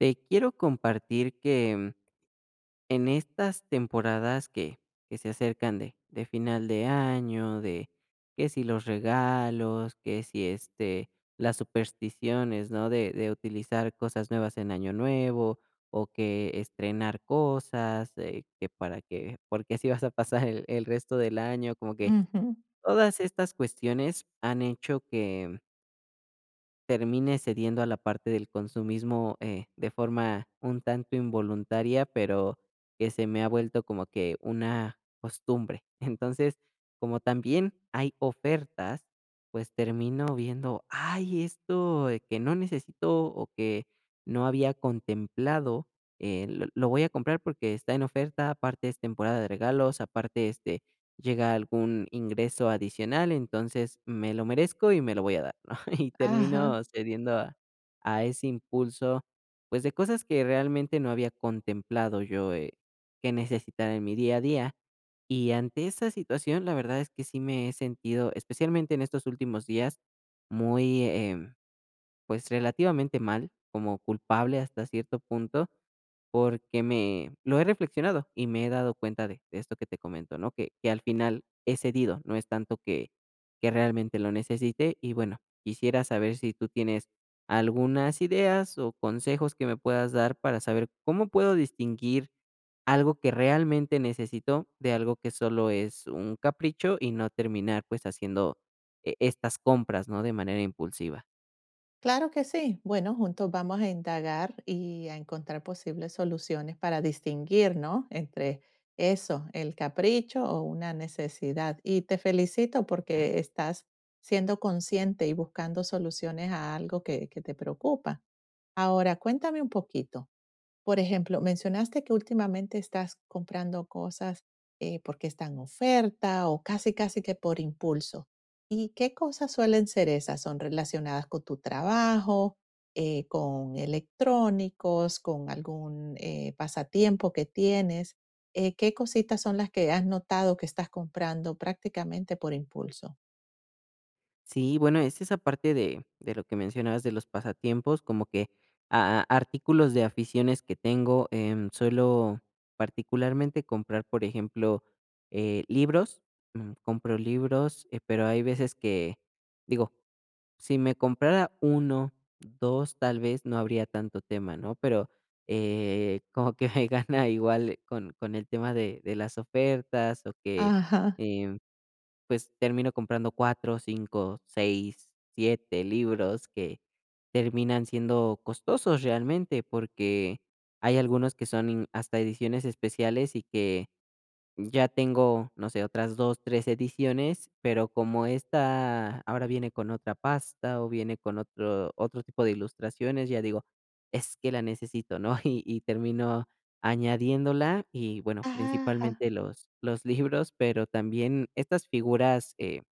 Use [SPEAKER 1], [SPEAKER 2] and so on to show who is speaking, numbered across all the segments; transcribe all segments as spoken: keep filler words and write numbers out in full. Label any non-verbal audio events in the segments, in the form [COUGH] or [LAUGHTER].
[SPEAKER 1] Te quiero compartir que mm, en estas temporadas que, que se acercan de, de final de año, de que si los regalos, que si este, las supersticiones, ¿no? De, de utilizar cosas nuevas en año nuevo o que estrenar cosas, eh, que para que, porque así vas a pasar el, el resto del año, como que
[SPEAKER 2] Ujú.
[SPEAKER 1] todas estas cuestiones han hecho termine cediendo a la parte del consumismo, eh, de forma un tanto involuntaria, pero que se me ha vuelto como que una costumbre. [LAUGHS] Entonces, como también hay ofertas, pues termino viendo, ay, esto eh, que no necesito o que no había contemplado, eh, lo, lo voy a comprar porque está en oferta, aparte es temporada de regalos, aparte este llega algún ingreso adicional, entonces me lo merezco y me lo voy a dar. [LAUGHS] Y
[SPEAKER 2] Ajá.
[SPEAKER 1] termino cediendo a a ese impulso, pues, de cosas que realmente no había contemplado yo, eh, que necesitara en mi día a día. Y ante esa situación, la verdad es que sí me he sentido, especialmente en estos últimos días, muy, em pues, relativamente mal, como culpable hasta cierto punto, porque me lo he reflexionado y me he dado cuenta de de esto que te comento, ¿no? Que que al final he cedido, no es tanto que que realmente lo necesite. Y bueno, quisiera saber si tú tienes algunas ideas o consejos que me puedas dar para saber cómo puedo distinguir algo que realmente necesito de algo que solo es un capricho y no terminar, pues, haciendo e estas compras, ¿no? De manera impulsiva.
[SPEAKER 2] Claro que sí. Bueno, juntos vamos a indagar y a encontrar posibles soluciones para distinguir, ¿no? Entre eso, el capricho o una necesidad. Y te felicito porque estás siendo consciente y buscando soluciones a algo que, que te preocupa. Ahora, cuéntame un poquito. Por ejemplo, mencionaste que últimamente estás comprando cosas eh, porque están en oferta o casi, casi que por impulso. ¿Y qué cosas suelen ser esas? ¿Son relacionadas con tu trabajo, eh, con electrónicos, con algún eh, pasatiempo que tienes? Eh, ¿qué cositas son las que has notado que estás comprando prácticamente por impulso?
[SPEAKER 1] Sí, bueno, es esa parte de de lo que mencionabas de los pasatiempos, como que a artículos de aficiones que tengo, em, suelo particularmente comprar, por ejemplo, eh, libros, mm, compro libros, eh, pero hay veces que, digo, si me comprara uno, dos, tal vez no habría tanto tema, ¿no? Pero, eh, como que [LAUGHS] me gana igual con con el tema de de las ofertas o que,
[SPEAKER 2] Ajá,
[SPEAKER 1] em pues termino comprando cuatro cinco seis siete libros que terminan siendo costosos realmente, porque hay algunos que son in- hasta ediciones especiales y que ya tengo, no sé, otras dos tres ediciones, pero como esta ahora viene con otra pasta o viene con otro otro tipo de ilustraciones, ya digo: "Es que la necesito", ¿no? [LAUGHS] Y y termino añadiéndola y, bueno,
[SPEAKER 2] ajá,
[SPEAKER 1] principalmente los los libros, pero también estas figuras, eh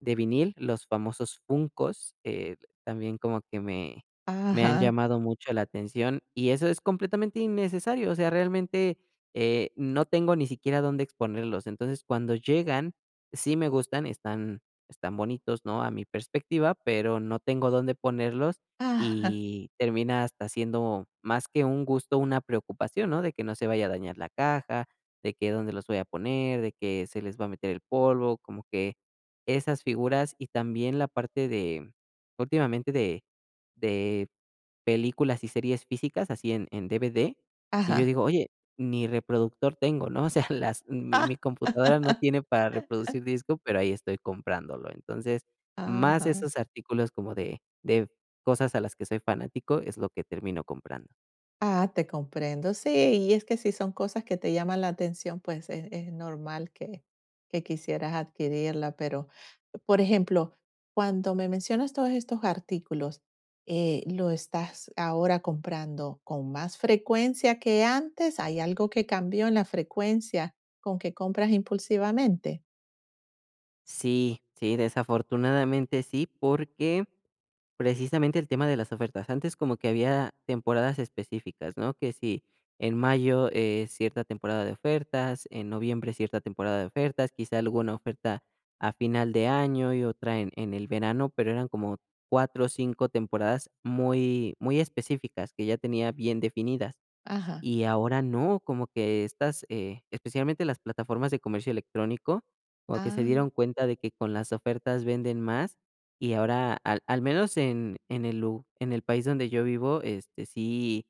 [SPEAKER 1] de vinil, los famosos Funkos, eh, también como que me me han
[SPEAKER 2] ajá,
[SPEAKER 1] llamado mucho la atención, y eso es completamente innecesario, o sea, realmente, eh, no tengo ni siquiera dónde exponerlos. Entonces, cuando llegan, sí me gustan, están están bonitos, ¿no?, a mi perspectiva, pero no tengo dónde ponerlos,
[SPEAKER 2] ajá,
[SPEAKER 1] y termina hasta siendo más que un gusto, una preocupación, ¿no?, de que no se vaya a dañar la caja, de que dónde los voy a poner, de que se les va a meter el polvo, como que esas figuras y también la parte de, últimamente, de de películas y series físicas, así en en D V D, y yo
[SPEAKER 2] ajá,
[SPEAKER 1] digo: "Oye, ni reproductor tengo", ¿no? [LAUGHS] O sea, las mi mi computadora no tiene para reproducir disco, pero ahí estoy comprándolo. Entonces,
[SPEAKER 2] ajá,
[SPEAKER 1] más
[SPEAKER 2] ajá.
[SPEAKER 1] esos artículos como de de cosas a las que soy fanático es lo que termino comprando.
[SPEAKER 2] Ah, te comprendo. Sí, y es que si son cosas que te llaman la atención, pues es, es normal que, que quisieras adquirirla. Pero, por ejemplo, cuando me mencionas todos estos artículos, eh, ¿lo estás ahora comprando con más frecuencia que antes? ¿Hay algo que cambió en la frecuencia con que compras impulsivamente?
[SPEAKER 1] Sí, sí, desafortunadamente sí, porque precisamente el tema de las ofertas. Antes como que había temporadas específicas, ¿no? Que si en mayo es cierta temporada de ofertas, en noviembre cierta temporada de ofertas, quizá alguna oferta a final de año y otra en, en el verano, pero eran como cuatro o cinco temporadas muy, muy específicas que ya tenía bien definidas.
[SPEAKER 2] Ajá.
[SPEAKER 1] Y ahora no, como que estas, eh, especialmente las plataformas de comercio electrónico, como que se dieron
[SPEAKER 2] Ah,
[SPEAKER 1] cuenta de que con las ofertas venden más y ahora, al al menos en en el lu en el país donde yo vivo, este, sí.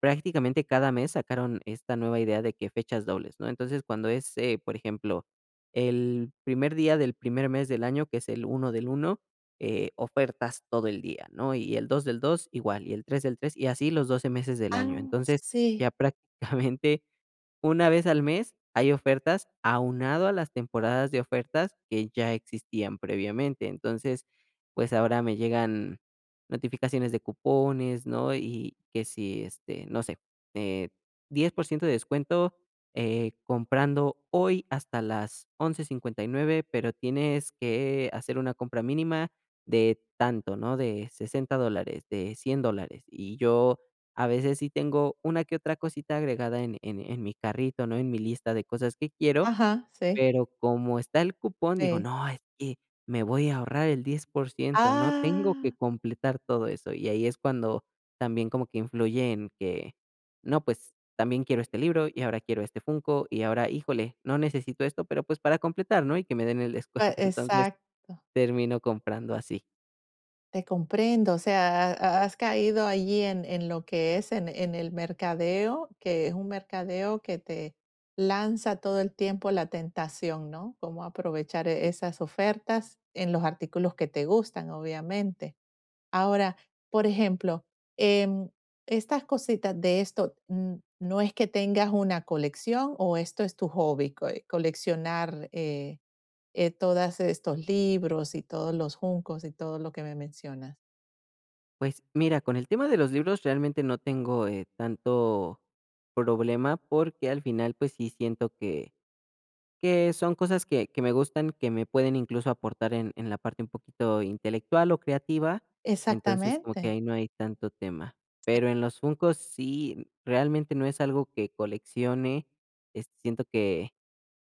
[SPEAKER 1] Prácticamente cada mes sacaron esta nueva idea de que fechas dobles, ¿no? Entonces, cuando es, eh, por ejemplo, el primer día del primer mes del año, que es el uno del uno, eh, ofertas todo el día, ¿no? Y el dos del dos igual, y el tres del tres y así los doce meses del año.
[SPEAKER 2] ah,
[SPEAKER 1] Entonces,
[SPEAKER 2] sí.
[SPEAKER 1] ya [LAUGHS] prácticamente una vez al mes hay ofertas aunado a las temporadas de ofertas que ya existían previamente. Entonces, pues ahora me llegan notificaciones de cupones, ¿no? Y que si, este, no sé, eh, diez por ciento de descuento eh, comprando hoy hasta las once cincuenta y nueve pero tienes que hacer una compra mínima de tanto, ¿no? De sesenta dólares, de cien dólares. Y yo a veces sí tengo una que otra cosita agregada en en en mi carrito, ¿no? En mi lista de cosas que quiero,
[SPEAKER 2] Ajá, sí,
[SPEAKER 1] pero como está el cupón, digo:
[SPEAKER 2] sí.
[SPEAKER 1] "No, es que me voy a ahorrar el diez por ciento, ¿no? Tengo que
[SPEAKER 2] Ah,
[SPEAKER 1] completar todo eso". Y ahí es cuando también como que influye en que, no, pues, también quiero este libro, y ahora quiero este Funko, y ahora, híjole, no necesito esto, pero, pues, para completar, ¿no? Y que me den el descuento.
[SPEAKER 2] pa-
[SPEAKER 1] [LAUGHS] Entonces,
[SPEAKER 2] exacto.
[SPEAKER 1] termino comprando así,
[SPEAKER 2] Te comprendo, o sea, ha- has caído allí en, en lo que es en, en el mercadeo, que es un mercadeo que te lanza todo el tiempo la tentación, ¿no? Cómo aprovechar e-
[SPEAKER 1] sí.
[SPEAKER 2] esas ofertas en los artículos que te gustan, obviamente. Ahora, por ejemplo, em, estas cositas de esto, mm, no es que tengas una colección o esto es tu hobby, co- eh, coleccionar eh, eh, todos estos libros y todos los juncos y todo lo que me mencionas.
[SPEAKER 1] Pues mira, con el tema de los libros realmente no tengo, eh, tanto problema, porque al final, pues sí siento que que son cosas que que me gustan, que me pueden incluso aportar en en la parte un poquito intelectual o creativa, entonces como que
[SPEAKER 2] Exactamente.
[SPEAKER 1] ahí no hay tanto tema. Pero en los Funkos sí, realmente no es algo que coleccione, este, siento que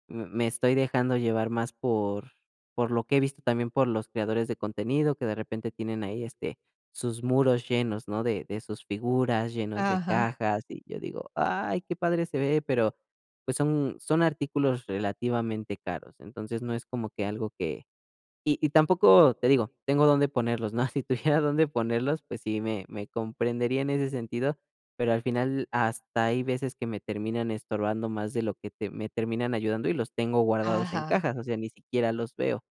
[SPEAKER 1] M me estoy dejando llevar más por por lo que he visto también por los creadores de contenido que de repente tienen ahí, este, sus muros llenos, ¿no?, de de sus figuras, llenos de
[SPEAKER 2] Ajá,
[SPEAKER 1] cajas, y yo digo: "Ay, qué padre se ve", pero, pues, son son artículos relativamente caros, entonces no es como que algo que y y tampoco, te digo, tengo dónde ponerlos, ¿no? [LAUGHS] Si tuviera dónde ponerlos, pues sí, me me comprendería en ese sentido, pero al final hasta hay veces que me terminan estorbando más de lo que te me terminan ayudando y los tengo guardados en
[SPEAKER 2] ajá.
[SPEAKER 1] cajas, o sea, ni siquiera los veo.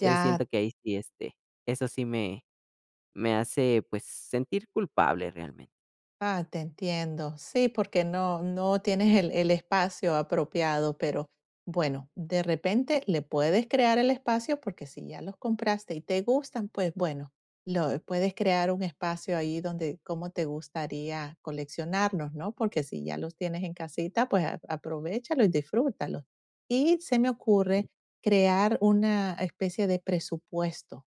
[SPEAKER 1] Entonces,
[SPEAKER 2] Ya,
[SPEAKER 1] siento que ahí sí, este, eso sí me me hace, pues, sentir culpable realmente,
[SPEAKER 2] ah, te entiendo. Sí, porque no no tienes el el espacio apropiado, pero bueno, de repente le puedes crear el espacio, porque si ya los compraste y te gustan, pues bueno, lo puedes crear un espacio ahí donde cómo te gustaría coleccionarlos, ¿no? Porque si ya los tienes en casita, pues a aprovéchalo y disfrútalo. Y se me
[SPEAKER 1] sí.
[SPEAKER 2] ocurre crear una especie de presupuesto.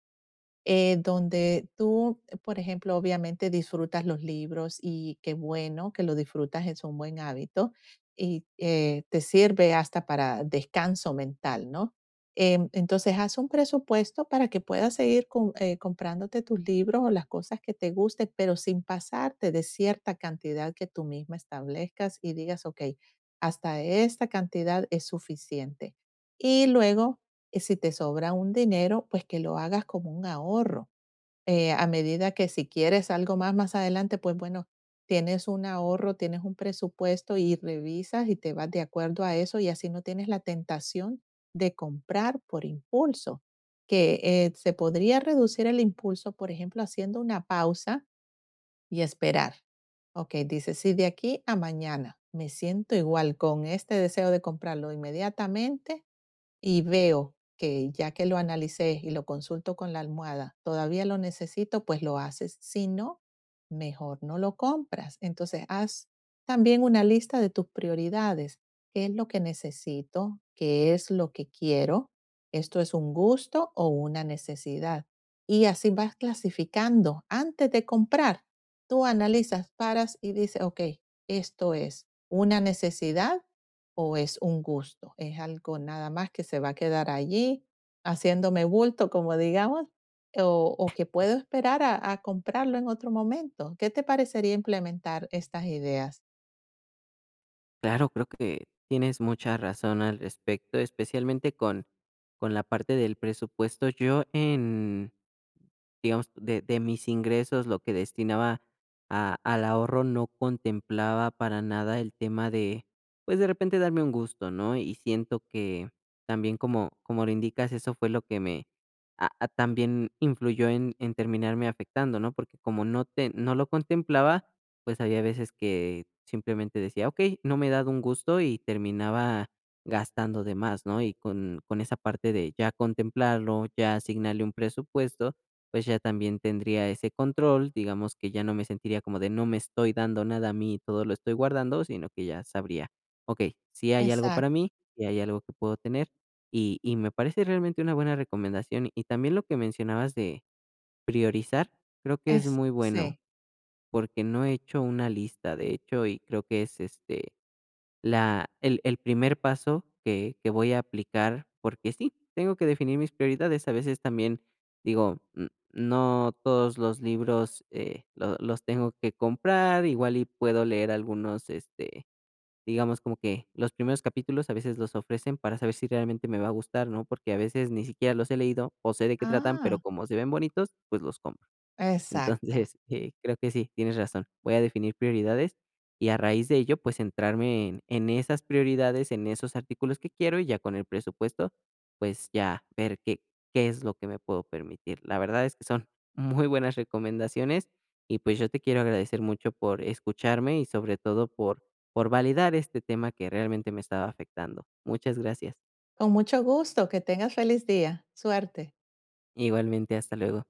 [SPEAKER 2] eh, Donde tú, por ejemplo, obviamente disfrutas los libros y qué bueno que lo disfrutas, es un buen hábito y eh, te sirve hasta para descanso mental, ¿no? Em, entonces, haz un presupuesto para que puedas seguir com- eh, comprándote tus libros o las cosas que te gusten, pero sin pasarte de cierta cantidad que tú misma establezcas y digas, ok, hasta esta cantidad es suficiente. Y luego y si te sobra un dinero, pues que lo hagas como un ahorro. Eh, a medida que si quieres algo más más adelante, pues bueno, tienes un ahorro, tienes un presupuesto y revisas y te vas de acuerdo a eso y así no tienes la tentación de comprar por impulso, que eh, se podría reducir el impulso, por ejemplo, haciendo una pausa y esperar. Ok, dice, si de aquí a mañana me siento igual con este deseo de comprarlo inmediatamente, y veo que ya que lo analicé y lo consulto con la almohada, todavía lo necesito, pues lo haces. Si no, mejor no lo compras. Entonces, haz también una lista de tus prioridades. ¿Qué es lo que necesito? ¿Qué es lo que quiero? ¿Esto es un gusto o una necesidad? Y así vas clasificando. Antes de comprar, tú analizas, paras y dices, ok, esto es una necesidad o es un gusto, es algo nada más que se va a quedar allí haciéndome bulto, como digamos, o, o que puedo esperar a, a, comprarlo en otro momento. ¿Qué te parecería implementar estas ideas?
[SPEAKER 1] Claro, creo que tienes mucha razón al respecto, especialmente con con la parte del presupuesto. Yo en digamos, de de mis ingresos, lo que destinaba a al ahorro no contemplaba para nada el tema de, pues, de repente darme un gusto, ¿no? Y siento que también, como como lo indicas, eso fue lo que me a a también influyó en en terminarme afectando, ¿no? Porque como no te no lo contemplaba, pues, había veces que simplemente decía: "Okey, no me he dado un gusto", y terminaba gastando de más, ¿no? Y con con esa parte de ya contemplarlo, ya asignarle un presupuesto, pues ya también tendría ese control, digamos que ya no me sentiría como de no me estoy dando nada a mí y todo lo estoy guardando, sino que ya sabría, okey, si hay algo para
[SPEAKER 2] Exacto,
[SPEAKER 1] mí, sí hay algo que puedo tener, y y me parece realmente una buena recomendación. Y también lo que mencionabas de priorizar, creo que es
[SPEAKER 2] es,
[SPEAKER 1] muy bueno,
[SPEAKER 2] sí.
[SPEAKER 1] porque no he hecho una lista, de hecho, y creo que es, este, la el el primer paso que que voy a aplicar, porque sí, tengo que definir mis prioridades. A veces también digo, mm, no todos los libros, eh, lo los tengo que comprar, igual y puedo leer algunos, este, digamos, como que los primeros capítulos a veces los ofrecen para saber si realmente me va a gustar, ¿no? Porque a veces ni siquiera los he leído o sé de qué tratan, pero
[SPEAKER 2] Ah,
[SPEAKER 1] como se ven bonitos, pues los compro. Entonces,
[SPEAKER 2] exacto.
[SPEAKER 1] [LAUGHS] eh, creo que sí, tienes razón. Voy a definir prioridades y a raíz de ello, pues centrarme en, en esas prioridades, en esos artículos que quiero y ya con el presupuesto, pues ya ver qué, qué es lo que me puedo permitir. La verdad es que son [LAUGHS] muy buenas recomendaciones y pues yo te quiero agradecer mucho por escucharme y sobre todo por, por validar este tema que realmente me estaba afectando. Muchas gracias.
[SPEAKER 2] Con mucho gusto, que tengas feliz día. Suerte.
[SPEAKER 1] Igualmente, hasta luego.